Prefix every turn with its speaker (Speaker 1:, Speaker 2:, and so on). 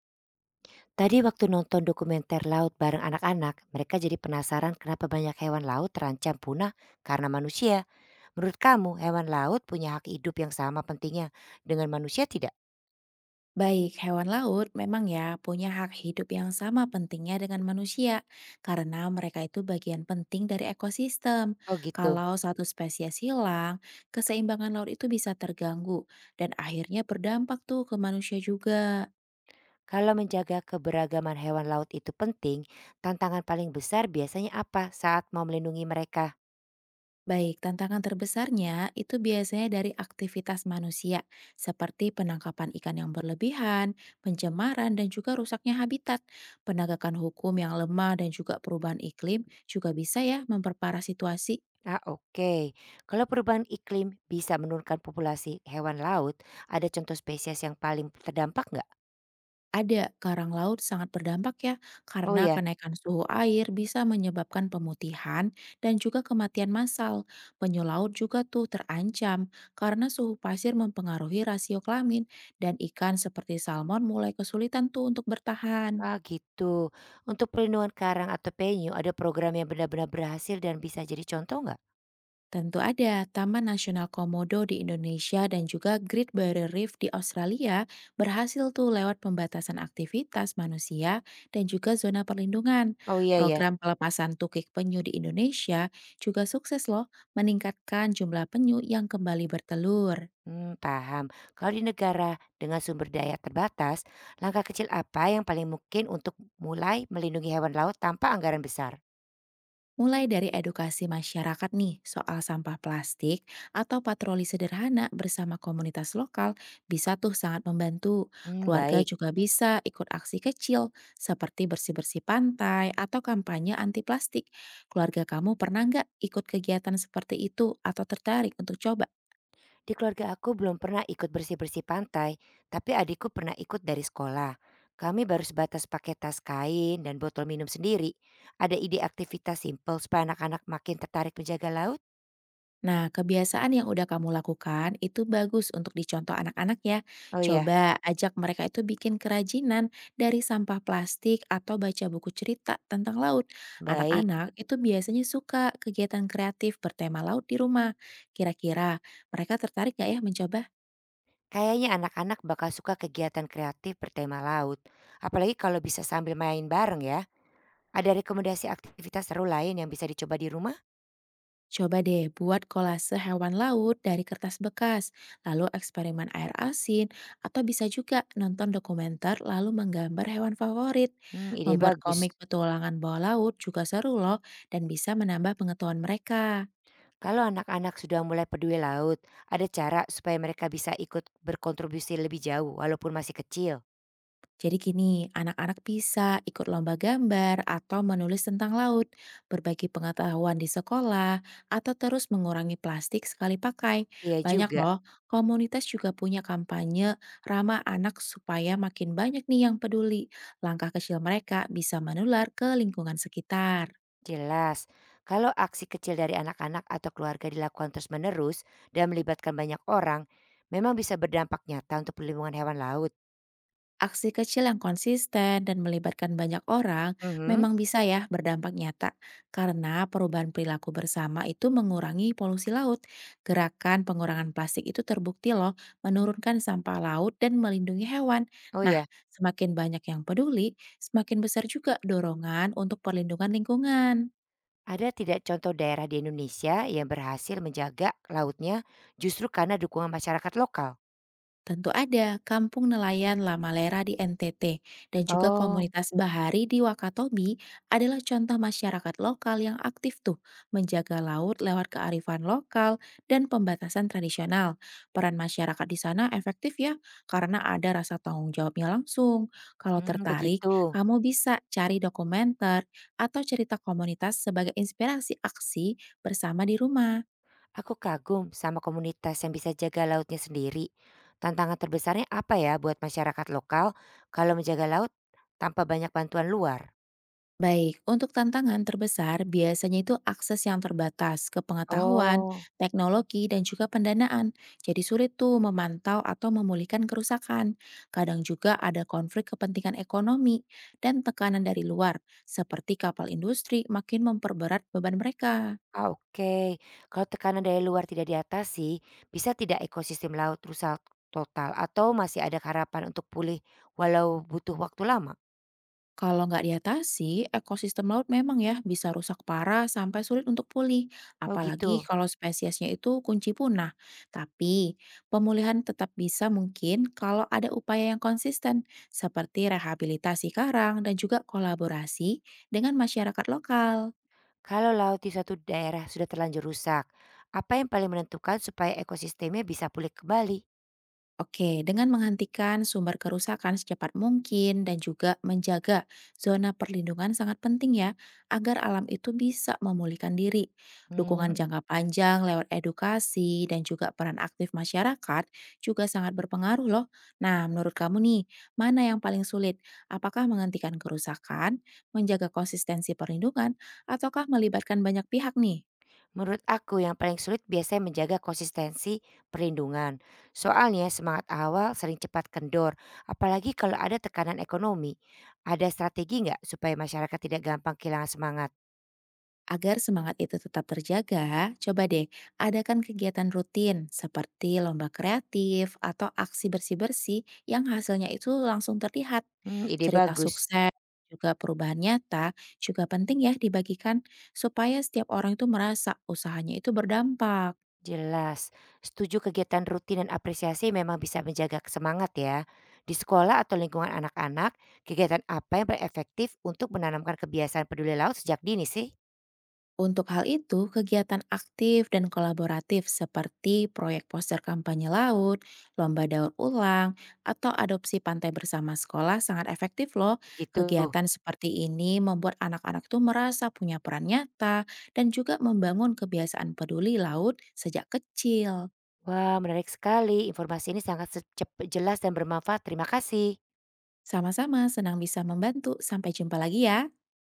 Speaker 1: Tadi waktu nonton dokumenter laut bareng anak-anak, mereka jadi penasaran kenapa banyak hewan laut terancam punah karena manusia. Menurut kamu, hewan laut punya hak hidup yang sama pentingnya dengan manusia tidak?
Speaker 2: Baik, hewan laut memang ya punya hak hidup yang sama pentingnya dengan manusia karena mereka itu bagian penting dari ekosistem.
Speaker 1: Oh gitu.
Speaker 2: Kalau satu spesies hilang, keseimbangan laut itu bisa terganggu dan akhirnya berdampak tuh ke manusia juga.
Speaker 1: Kalau menjaga keberagaman hewan laut itu penting, tantangan paling besar biasanya apa saat mau melindungi mereka?
Speaker 2: Baik, tantangan terbesarnya itu biasanya dari aktivitas manusia, seperti penangkapan ikan yang berlebihan, pencemaran, dan juga rusaknya habitat. Penegakan hukum yang lemah dan juga perubahan iklim juga bisa ya memperparah situasi.
Speaker 1: Ah oke, kalau perubahan iklim bisa menurunkan populasi hewan laut, ada contoh spesies yang paling terdampak nggak?
Speaker 2: Ada, karang laut sangat berdampak ya,
Speaker 1: Oh
Speaker 2: karena
Speaker 1: ya.
Speaker 2: kenaikan suhu air bisa menyebabkan pemutihan dan juga kematian massal. Penyu laut juga tuh terancam karena suhu pasir mempengaruhi rasio kelamin dan ikan seperti salmon mulai kesulitan tuh untuk bertahan.
Speaker 1: Ah, gitu. Untuk perlindungan karang atau penyu, ada program yang benar-benar berhasil dan bisa jadi contoh nggak?
Speaker 2: Tentu ada, Taman Nasional Komodo di Indonesia dan juga Great Barrier Reef di Australia berhasil tuh lewat pembatasan aktivitas manusia dan juga zona perlindungan.
Speaker 1: Oh iya ya.
Speaker 2: Program pelepasan tukik penyu di Indonesia juga sukses loh meningkatkan jumlah penyu yang kembali bertelur.
Speaker 1: Hmm, paham. Kalau di negara dengan sumber daya terbatas, langkah kecil apa yang paling mungkin untuk mulai melindungi hewan laut tanpa anggaran besar?
Speaker 2: Mulai dari edukasi masyarakat nih soal sampah plastik atau patroli sederhana bersama komunitas lokal bisa tuh sangat membantu.
Speaker 1: Hmm,
Speaker 2: Keluarga
Speaker 1: baik.
Speaker 2: juga bisa ikut aksi kecil seperti bersih-bersih pantai atau kampanye anti plastik. Keluarga kamu pernah nggak ikut kegiatan seperti itu atau tertarik untuk coba?
Speaker 1: Di keluarga aku belum pernah ikut bersih-bersih pantai, tapi adikku pernah ikut dari sekolah. Kami baru sebatas pakai tas kain dan botol minum sendiri. Ada ide aktivitas simpel supaya anak-anak makin tertarik menjaga laut?
Speaker 2: Nah, kebiasaan yang udah kamu lakukan itu bagus untuk dicontoh anak-anak ya.
Speaker 1: Oh iya.
Speaker 2: Coba ajak mereka itu bikin kerajinan dari sampah plastik atau baca buku cerita tentang laut.
Speaker 1: Baik,
Speaker 2: Anak-anak itu biasanya suka kegiatan kreatif bertema laut di rumah. Kira-kira mereka tertarik gak ya mencoba?
Speaker 1: kayaknya anak-anak bakal suka kegiatan kreatif bertema laut. Apalagi kalau bisa sambil main bareng ya. Ada rekomendasi aktivitas seru lain yang bisa dicoba di rumah?
Speaker 2: Coba deh buat kolase hewan laut dari kertas bekas, lalu eksperimen air asin, atau bisa juga nonton dokumenter lalu menggambar hewan favorit.
Speaker 1: Hmm, ide
Speaker 2: Membuat
Speaker 1: bagus.
Speaker 2: komik petualangan bawah laut juga seru loh dan bisa menambah pengetahuan mereka.
Speaker 1: Kalau anak-anak sudah mulai peduli laut, ada cara supaya mereka bisa ikut berkontribusi lebih jauh walaupun masih kecil.
Speaker 2: Jadi gini, anak-anak bisa ikut lomba gambar atau menulis tentang laut, berbagi pengetahuan di sekolah, atau terus mengurangi plastik sekali pakai.
Speaker 1: Iya
Speaker 2: Banyak
Speaker 1: juga,
Speaker 2: loh, komunitas juga punya kampanye ramah anak supaya makin banyak nih yang peduli. Langkah kecil mereka bisa menular ke lingkungan sekitar.
Speaker 1: jelas. Kalau aksi kecil dari anak-anak atau keluarga dilakukan terus-menerus dan melibatkan banyak orang, memang bisa berdampak nyata untuk perlindungan hewan laut.
Speaker 2: Aksi kecil yang konsisten dan melibatkan banyak orang
Speaker 1: Mhm.
Speaker 2: memang bisa ya berdampak nyata karena perubahan perilaku bersama itu mengurangi polusi laut. Gerakan pengurangan plastik itu terbukti loh menurunkan sampah laut dan melindungi hewan.
Speaker 1: Oh
Speaker 2: Nah,
Speaker 1: ya.
Speaker 2: semakin banyak yang peduli, semakin besar juga dorongan untuk perlindungan lingkungan.
Speaker 1: Ada tidak contoh daerah di Indonesia yang berhasil menjaga lautnya justru karena dukungan masyarakat lokal?
Speaker 2: Tentu ada Kampung Nelayan Lamalera di NTT dan juga
Speaker 1: Oh.
Speaker 2: komunitas Bahari di Wakatobi adalah contoh masyarakat lokal yang aktif tuh menjaga laut lewat kearifan lokal dan pembatasan tradisional. Peran masyarakat di sana efektif ya karena ada rasa tanggung jawabnya langsung. Kalau
Speaker 1: Hmm,
Speaker 2: tertarik,
Speaker 1: begitu.
Speaker 2: kamu bisa cari dokumenter atau cerita komunitas sebagai inspirasi aksi bersama di rumah.
Speaker 1: Aku kagum sama komunitas yang bisa jaga lautnya sendiri. Tantangan terbesarnya apa ya buat masyarakat lokal kalau menjaga laut tanpa banyak bantuan luar?
Speaker 2: Baik, untuk tantangan terbesar biasanya itu akses yang terbatas ke pengetahuan,
Speaker 1: Oh,
Speaker 2: teknologi, dan juga pendanaan. Jadi sulit tuh memantau atau memulihkan kerusakan. Kadang juga ada konflik kepentingan ekonomi dan tekanan dari luar, seperti kapal industri makin memperberat beban mereka.
Speaker 1: ah, oke. Kalau tekanan dari luar tidak diatasi, bisa tidak ekosistem laut rusak total atau masih ada harapan untuk pulih walau butuh waktu lama?
Speaker 2: Kalau nggak diatasi, ekosistem laut memang ya bisa rusak parah sampai sulit untuk pulih,
Speaker 1: Oh
Speaker 2: apalagi
Speaker 1: gitu.
Speaker 2: kalau spesiesnya itu kunci punah. Tapi pemulihan tetap bisa mungkin kalau ada upaya yang konsisten, seperti rehabilitasi karang dan juga kolaborasi dengan masyarakat lokal.
Speaker 1: Kalau laut di suatu daerah sudah terlanjur rusak, apa yang paling menentukan supaya ekosistemnya bisa pulih kembali?
Speaker 2: Oke, dengan menghentikan sumber kerusakan secepat mungkin dan juga menjaga zona perlindungan sangat penting ya, agar alam itu bisa memulihkan diri. Dukungan
Speaker 1: Hmm.
Speaker 2: jangka panjang lewat edukasi dan juga peran aktif masyarakat juga sangat berpengaruh loh. Nah, menurut kamu nih, mana yang paling sulit? Apakah menghentikan kerusakan, menjaga konsistensi perlindungan, ataukah melibatkan banyak pihak nih?
Speaker 1: Menurut aku yang paling sulit biasanya menjaga konsistensi perlindungan. Soalnya semangat awal sering cepat kendor, apalagi kalau ada tekanan ekonomi. Ada strategi nggak supaya masyarakat tidak gampang kehilangan semangat?
Speaker 2: Agar semangat itu tetap terjaga, coba deh adakan kegiatan rutin seperti lomba kreatif atau aksi bersih-bersih yang hasilnya itu langsung terlihat.
Speaker 1: Hmm, ide
Speaker 2: Cerita
Speaker 1: bagus.
Speaker 2: sukses, juga perubahan nyata, juga penting ya dibagikan supaya setiap orang itu merasa usahanya itu berdampak.
Speaker 1: Jelas, setuju kegiatan rutin dan apresiasi memang bisa menjaga semangat ya. Di sekolah atau lingkungan anak-anak, kegiatan apa yang paling efektif untuk menanamkan kebiasaan peduli laut sejak dini sih?
Speaker 2: Untuk hal itu, kegiatan aktif dan kolaboratif seperti proyek poster kampanye laut, lomba daur ulang, atau adopsi pantai bersama sekolah sangat efektif loh.
Speaker 1: Begitu.
Speaker 2: Kegiatan seperti ini membuat anak-anak tuh merasa punya peran nyata dan juga membangun kebiasaan peduli laut sejak kecil.
Speaker 1: Wah, menarik sekali. Informasi ini sangat jelas dan bermanfaat. Terima kasih.
Speaker 2: Sama-sama senang bisa membantu. Sampai jumpa lagi ya.